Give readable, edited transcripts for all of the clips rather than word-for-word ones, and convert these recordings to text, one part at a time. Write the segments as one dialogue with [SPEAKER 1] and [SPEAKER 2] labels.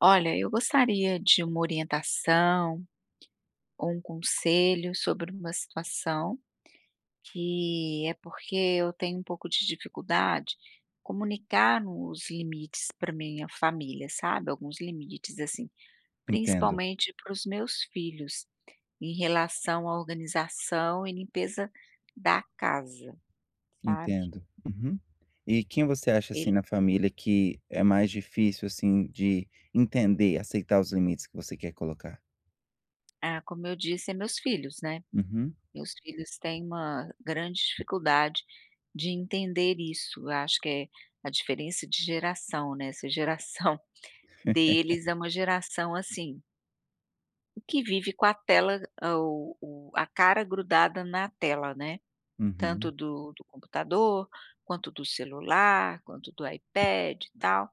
[SPEAKER 1] Olha, eu gostaria de uma orientação ou um conselho sobre uma situação, que é porque eu tenho um pouco de dificuldade comunicar os limites para minha família, sabe? Alguns limites, assim,
[SPEAKER 2] Entendo,
[SPEAKER 1] principalmente para os meus filhos, em relação à organização e limpeza da casa, sabe?
[SPEAKER 2] entendo. Uhum. E quem você acha, assim,
[SPEAKER 1] Ele,
[SPEAKER 2] na família que é mais difícil, assim, de entender, aceitar os limites que você quer colocar?
[SPEAKER 1] ah, como eu disse, é meus filhos, né?
[SPEAKER 2] Uhum.
[SPEAKER 1] Meus filhos têm uma grande dificuldade de entender isso. Eu acho que é a diferença de geração, né, essa geração deles é uma geração, assim, que vive com a tela a o a cara grudada na tela, né, tanto
[SPEAKER 2] Uhum.
[SPEAKER 1] do computador, quanto do celular, quanto do iPad e tal,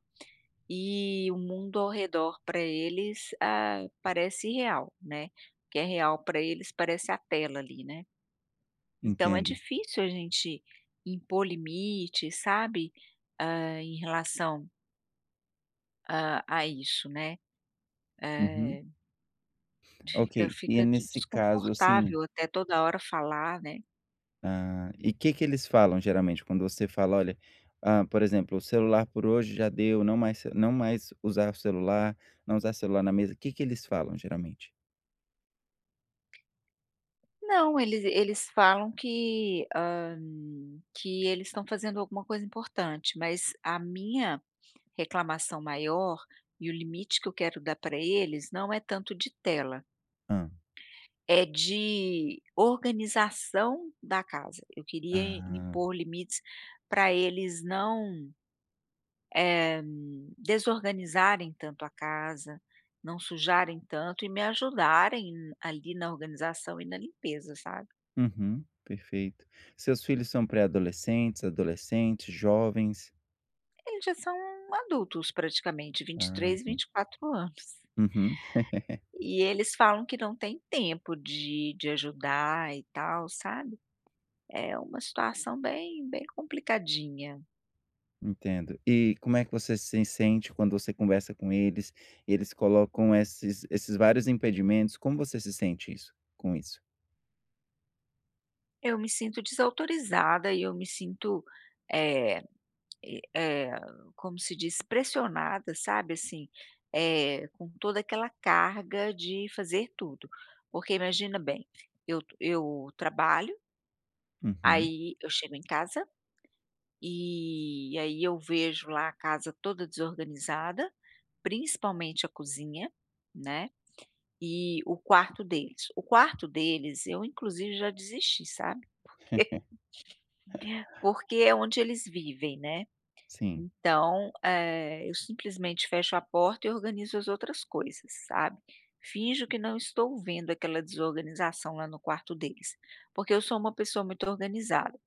[SPEAKER 1] e o mundo ao redor para eles, ah, parece irreal, né, o que é real para eles parece a tela ali, né. Então é
[SPEAKER 2] Entendo.
[SPEAKER 1] difícil a gente impor limites, sabe, em relação a isso, né.
[SPEAKER 2] Uhum.
[SPEAKER 1] Eh, fica
[SPEAKER 2] Ok, e
[SPEAKER 1] fica de
[SPEAKER 2] nesse caso, assim.
[SPEAKER 1] desconfortável até toda hora falar, né.
[SPEAKER 2] Ah, e o que que eles falam geralmente quando você fala: "Olha, ah, por exemplo, o celular por hoje já deu, não mais usar o celular, não usar celular na mesa". O que que eles falam geralmente?
[SPEAKER 1] Não, eles falam que, que eles estão fazendo alguma coisa importante, mas a minha reclamação maior e o limite que eu quero dar para eles não é tanto de tela.
[SPEAKER 2] Hã.
[SPEAKER 1] É de organização da casa. Eu queria
[SPEAKER 2] Ah.
[SPEAKER 1] impor limites para eles não, eh, desorganizarem tanto a casa, não sujarem tanto e me ajudarem ali na organização e na limpeza, sabe.
[SPEAKER 2] Uhum. Perfeito. Seus filhos são pré-adolescentes, adolescentes, jovens?
[SPEAKER 1] Eles já são adultos praticamente, vinte e
[SPEAKER 2] Ah,
[SPEAKER 1] três, vinte
[SPEAKER 2] ok.
[SPEAKER 1] e quatro anos.
[SPEAKER 2] Uhum.
[SPEAKER 1] E eles falam que não tem tempo de ajudar e tal, sabe. É uma situação bem complicadinha.
[SPEAKER 2] Entendo. E como é que você se sente quando você conversa com eles, eles colocam esses vários impedimentos, como você se sente isso com isso?
[SPEAKER 1] Eu me sinto desautorizada e eu me sinto, eh e eh, como se diz? Pressionada, sabe, assim, com toda aquela carga de fazer tudo. Porque imagina bem, eu trabalho,
[SPEAKER 2] Uhum.
[SPEAKER 1] aí eu chego em casa, e aí eu vejo lá a casa toda desorganizada, principalmente a cozinha, né, e o quarto deles. O quarto deles eu inclusive já desisti, sabe. Porque é onde eles vivem, né.
[SPEAKER 2] Sim.
[SPEAKER 1] Então, eu simplesmente fecho a porta e organizo as outras coisas, sabe. Finjo que não estou vendo aquela desorganização lá no quarto deles, porque eu sou uma pessoa muito organizada.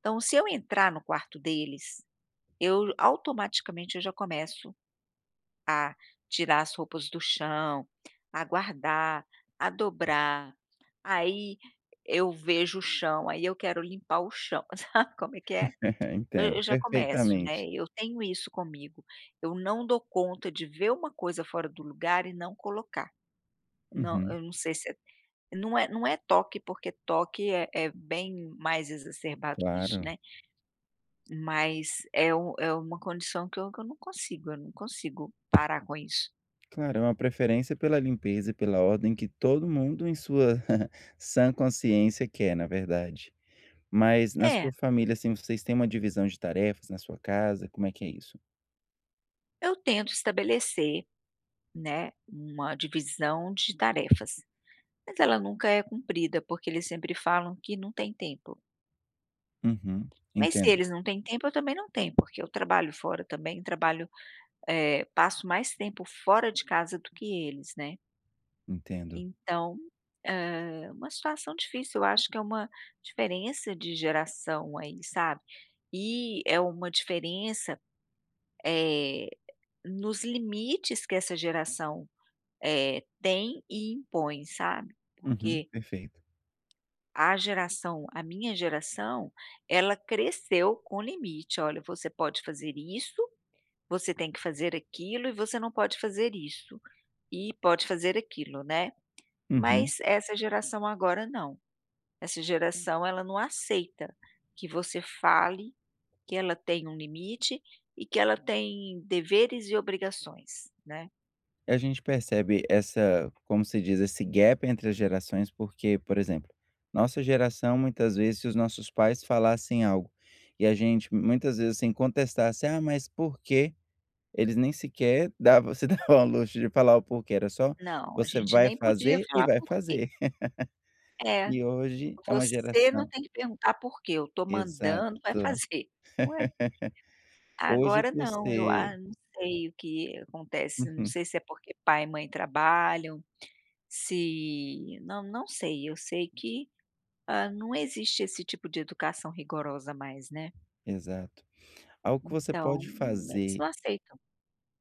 [SPEAKER 1] Então, se eu entrar no quarto deles, eu automaticamente eu já começo a tirar as roupas do chão, a guardar, a dobrar. Aí eu vejo o chão, aí eu quero limpar o chão, sabe como é que é? Eu
[SPEAKER 2] Entendo
[SPEAKER 1] eu já começo, né,
[SPEAKER 2] perfeitamente.
[SPEAKER 1] eu tenho isso comigo, eu não dou conta de ver uma coisa fora do lugar e não colocar. Não,
[SPEAKER 2] Uhum.
[SPEAKER 1] eu não sei se é não é toque, porque toque é bem mais exacerbado que isso,
[SPEAKER 2] Claro.
[SPEAKER 1] né, mas é uma condição que eu não consigo, eu não consigo parar com isso.
[SPEAKER 2] Claro, é uma preferência pela limpeza e pela ordem que todo mundo em sua sã consciência quer, na verdade. Mas na
[SPEAKER 1] É,
[SPEAKER 2] sua família, assim, vocês têm uma divisão de tarefas na sua casa, como é que é isso?
[SPEAKER 1] eu tento estabelecer, né, uma divisão de tarefas, mas ela nunca é cumprida, porque eles sempre falam que não tem tempo.
[SPEAKER 2] Uhum.
[SPEAKER 1] Mas se
[SPEAKER 2] Entendo,
[SPEAKER 1] eles não têm tempo, eu também não tenho, porque eu trabalho fora também, trabalho, passo mais tempo fora de casa do que eles, né.
[SPEAKER 2] entendo.
[SPEAKER 1] Então, uma situação difícil, eu acho que é uma diferença de geração aí, sabe. E é uma diferença, eh, nos limites que essa geração, tem e impõe, sabe.
[SPEAKER 2] Uhum.
[SPEAKER 1] Porque
[SPEAKER 2] Perfeito.
[SPEAKER 1] a minha geração, ela cresceu com limite: "Olha, você pode fazer isso, você tem que fazer aquilo e você não pode fazer isso, e pode fazer aquilo", né.
[SPEAKER 2] Uhum.
[SPEAKER 1] Mas essa geração agora não. Essa geração ela não aceita que você fale que ela tem um limite e que ela tem deveres e obrigações, né.
[SPEAKER 2] A gente percebe essa, como se diz, esse gap entre as gerações, porque, por exemplo, nossa geração, muitas vezes, se os nossos pais falassem algo e a gente muitas vezes, assim, contestasse: "Ah, mas por quê?", eles nem sequer davam se davam ao luxo de falar o porquê, era só:
[SPEAKER 1] Não, a
[SPEAKER 2] "Você
[SPEAKER 1] gente
[SPEAKER 2] vai
[SPEAKER 1] nem podia
[SPEAKER 2] fazer e
[SPEAKER 1] falar
[SPEAKER 2] vai
[SPEAKER 1] por quê.
[SPEAKER 2] fazer".
[SPEAKER 1] É,
[SPEAKER 2] E hoje é uma
[SPEAKER 1] você não
[SPEAKER 2] geração,
[SPEAKER 1] tem que perguntar por quê, eu tô
[SPEAKER 2] exato.
[SPEAKER 1] mandando, vai fazer. Ué,
[SPEAKER 2] Hoje
[SPEAKER 1] agora
[SPEAKER 2] por
[SPEAKER 1] não, eu
[SPEAKER 2] ser
[SPEAKER 1] a não sei o que acontece, não
[SPEAKER 2] uhum,
[SPEAKER 1] sei se é porque pai e mãe trabalham. Se não sei, eu sei que, não existe esse tipo de educação rigorosa mais, né,
[SPEAKER 2] exato. Algo que você
[SPEAKER 1] então
[SPEAKER 2] pode
[SPEAKER 1] eles
[SPEAKER 2] fazer.
[SPEAKER 1] não aceitam.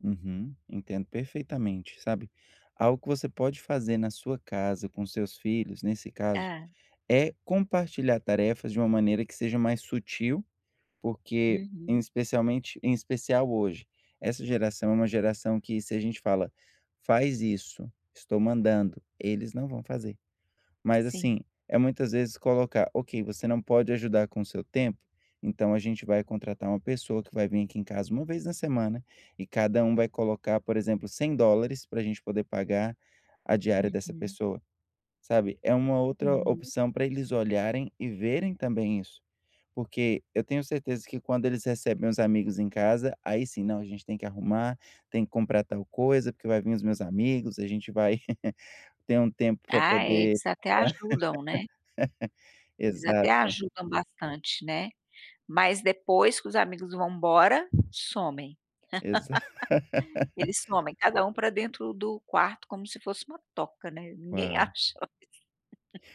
[SPEAKER 2] Uhum, entendo perfeitamente, sabe. Algo que você pode fazer na sua casa, com seus filhos, nesse caso,
[SPEAKER 1] É,
[SPEAKER 2] é compartilhar tarefas de uma maneira que seja mais sutil, porque em
[SPEAKER 1] uhum,
[SPEAKER 2] especialmente em especial hoje, essa geração é uma geração que, se a gente fala: "Faz isso, estou mandando", eles não vão fazer. Mas
[SPEAKER 1] sim,
[SPEAKER 2] assim, é muitas vezes colocar: "Ok, você não pode ajudar com o seu tempo, então a gente vai contratar uma pessoa que vai vir aqui em casa uma vez na semana e cada um vai colocar, por exemplo, 100 dólares para a gente poder pagar a diária dessa
[SPEAKER 1] uhum,
[SPEAKER 2] pessoa", sabe. É uma outra
[SPEAKER 1] uhum.
[SPEAKER 2] opção para eles olharem e verem também isso, porque eu tenho certeza que quando eles recebem os amigos em casa, aí sim: "Não, a gente tem que arrumar, tem que comprar tal coisa, porque vai vir os meus amigos, a gente vai ter um tempo para
[SPEAKER 1] Ah, é,
[SPEAKER 2] poder".
[SPEAKER 1] eles até ajudam, né, eles até
[SPEAKER 2] Exato.
[SPEAKER 1] ajudam bastante, né, mas depois que os amigos vão embora, somem.
[SPEAKER 2] Exa
[SPEAKER 1] Eles somem, cada um para dentro do quarto como se fosse uma toca, né, ninguém
[SPEAKER 2] Uau.
[SPEAKER 1] acha.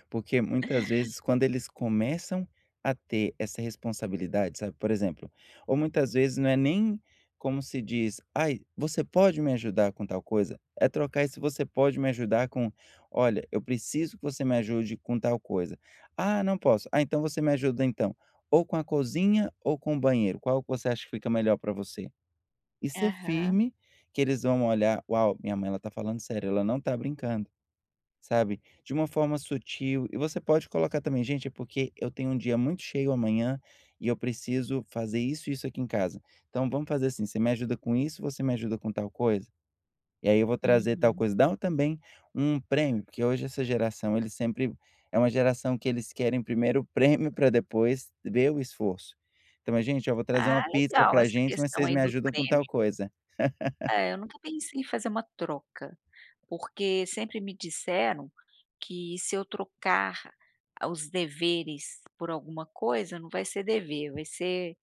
[SPEAKER 2] Porque muitas vezes quando eles começam a ter essa responsabilidade, sabe, por exemplo, ou muitas vezes não é nem, como se diz: "Ai, você pode me ajudar com tal coisa?" É trocar esse "você pode me ajudar" com: "Olha, eu preciso que você me ajude com tal coisa". "Ah, não posso". "Ah, então você me ajuda então, ou com a cozinha ou com o banheiro, qual que você acha que fica melhor para você?" E ser
[SPEAKER 1] Aham,
[SPEAKER 2] firme, que eles vão olhar: "Uau, minha mãe ela tá falando sério, ela não tá brincando". Sabe, de uma forma sutil. E você pode colocar também: "Gente, é porque eu tenho um dia muito cheio amanhã e eu preciso fazer isso e isso aqui em casa. Então vamos fazer assim, você me ajuda com isso, você me ajuda com tal coisa, e aí eu vou trazer tal
[SPEAKER 1] uhum.
[SPEAKER 2] coisa". Dá também um prêmio, porque hoje essa geração, eles sempre, é uma geração que eles querem primeiro o prêmio para depois ver o esforço. Então é: "Gente, eu vou trazer
[SPEAKER 1] Ah,
[SPEAKER 2] uma pizza
[SPEAKER 1] legal
[SPEAKER 2] pra
[SPEAKER 1] essa
[SPEAKER 2] gente, mas
[SPEAKER 1] questão
[SPEAKER 2] vocês
[SPEAKER 1] aí
[SPEAKER 2] me
[SPEAKER 1] do
[SPEAKER 2] ajudam com tal
[SPEAKER 1] prêmio.
[SPEAKER 2] coisa".
[SPEAKER 1] É, eu nunca pensei em fazer uma troca, porque sempre me disseram que se eu trocar os deveres por alguma coisa, não vai ser dever, vai ser,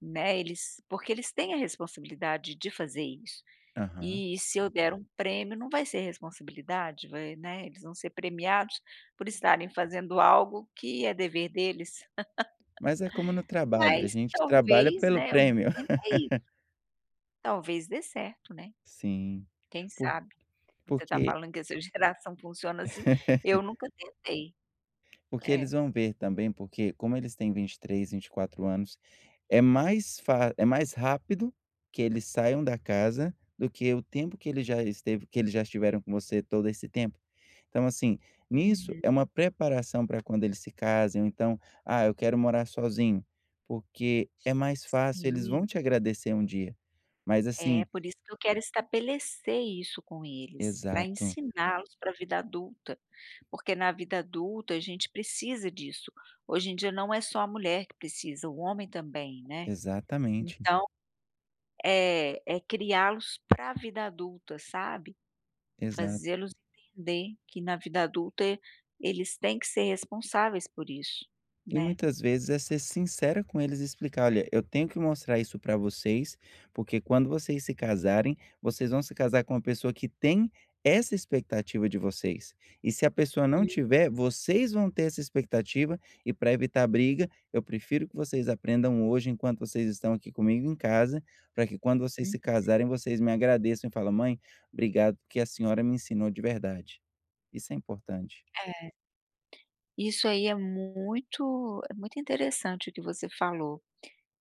[SPEAKER 1] né, eles porque eles têm a responsabilidade de fazer isso.
[SPEAKER 2] Aham.
[SPEAKER 1] E se eu der um prêmio, não vai ser responsabilidade, vai né, eles vão ser premiados por estarem fazendo algo que é dever deles.
[SPEAKER 2] Mas é como no trabalho, a
[SPEAKER 1] Mas
[SPEAKER 2] gente trabalha
[SPEAKER 1] talvez,
[SPEAKER 2] pelo
[SPEAKER 1] né, eu nunca
[SPEAKER 2] prêmio.
[SPEAKER 1] tentei isso, talvez dê certo, né,
[SPEAKER 2] Sim.
[SPEAKER 1] quem sabe. Você está
[SPEAKER 2] Porque
[SPEAKER 1] falando que essa geração funciona assim, eu nunca tentei.
[SPEAKER 2] porque
[SPEAKER 1] É.
[SPEAKER 2] eles vão ver também, porque como eles têm vinte e três, vinte e quatro anos, é mais fa é mais rápido que eles saiam da casa do que o tempo que ele já esteve que eles já estiveram com você todo esse tempo. Então, assim, nisso é
[SPEAKER 1] Uhum.
[SPEAKER 2] uma preparação para quando eles se casem, ou então: "Ah, eu quero morar sozinho", porque é mais fácil, eles vão
[SPEAKER 1] Sim.
[SPEAKER 2] te agradecer um dia. Mas
[SPEAKER 1] É,
[SPEAKER 2] assim,
[SPEAKER 1] por isso que eu quero estabelecer isso com eles, para
[SPEAKER 2] exato,
[SPEAKER 1] ensiná-los para a vida adulta, porque na vida adulta a gente precisa disso. Hoje em dia não é só a mulher que precisa, o homem também, né.
[SPEAKER 2] exatamente,
[SPEAKER 1] Então, é criá-los para a vida adulta, sabe.
[SPEAKER 2] exato.
[SPEAKER 1] Fazê-los entender que na vida adulta eles têm que ser responsáveis por isso,
[SPEAKER 2] E
[SPEAKER 1] né.
[SPEAKER 2] muitas vezes é ser sincera com eles e explicar: "Olha, eu tenho que mostrar isso pra vocês, porque quando vocês se casarem, vocês vão se casar com uma pessoa que tem essa expectativa de vocês. E se a pessoa não tiver, vocês vão ter essa expectativa, e para evitar briga, eu prefiro que vocês aprendam hoje, enquanto vocês estão aqui comigo em casa, para que quando vocês
[SPEAKER 1] Uhum.
[SPEAKER 2] se casarem, vocês me agradeçam e falam: 'Mãe, obrigado porque a senhora me ensinou de verdade'". Isso é importante.
[SPEAKER 1] Isso aí é muito interessante o que você falou.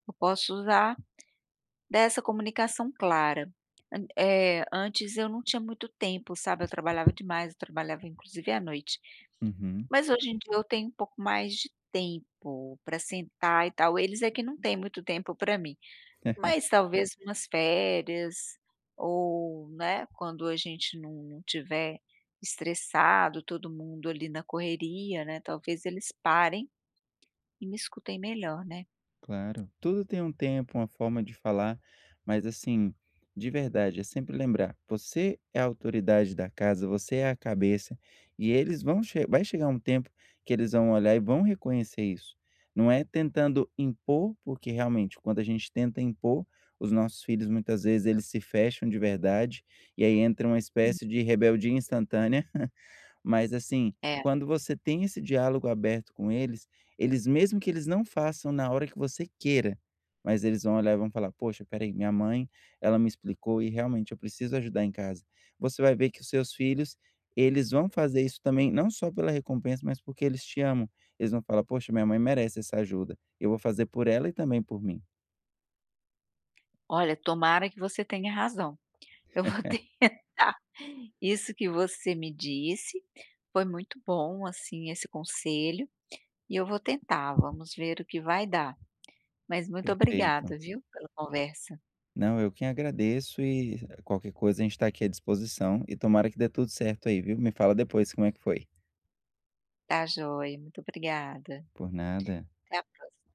[SPEAKER 1] Eu posso usar dessa comunicação clara. Antes eu não tinha muito tempo, sabe, eu trabalhava demais, eu trabalhava inclusive à noite.
[SPEAKER 2] Uhum.
[SPEAKER 1] Mas hoje em dia eu tenho um pouco mais de tempo para sentar e tal, eles é que não têm muito tempo para mim. Mas talvez umas férias ou, né, quando a gente não tiver estressado, todo mundo ali na correria, né, talvez eles parem e me escutei melhor, né.
[SPEAKER 2] Claro, tudo tem um tempo, uma forma de falar, mas assim, de verdade, é sempre lembrar, você é a autoridade da casa, você é a cabeça, e eles vão che vai chegar um tempo que eles vão olhar e vão reconhecer isso. Não é tentando impor, porque realmente, quando a gente tenta impor, os nossos filhos muitas vezes eles se fecham de verdade, e aí entra uma
[SPEAKER 1] Hum.
[SPEAKER 2] espécie de rebeldia instantânea. Mas assim,
[SPEAKER 1] É,
[SPEAKER 2] quando você tem esse diálogo aberto com eles, eles, mesmo que eles não façam na hora que você queira, mas eles vão olhar e vão falar: "Poxa, espera aí, minha mãe, ela me explicou e realmente eu preciso ajudar em casa". Você vai ver que os seus filhos, eles vão fazer isso também não só pela recompensa, mas porque eles te amam. Eles vão falar: "Poxa, minha mãe merece essa ajuda. Eu vou fazer por ela e também por mim".
[SPEAKER 1] olha, tomara que você tenha razão. Eu vou tentar. Isso que você me disse foi muito bom, assim, esse conselho, e eu vou tentar, vamos ver o que vai dar. Mas muito
[SPEAKER 2] Perfeito.
[SPEAKER 1] obrigada, viu, pela conversa.
[SPEAKER 2] Não, eu que agradeço e qualquer coisa a gente está aqui à disposição e tomara que dê tudo certo aí, viu? Me fala depois como é que foi.
[SPEAKER 1] Tá joia, muito obrigada.
[SPEAKER 2] Por nada.
[SPEAKER 1] Até a próxima.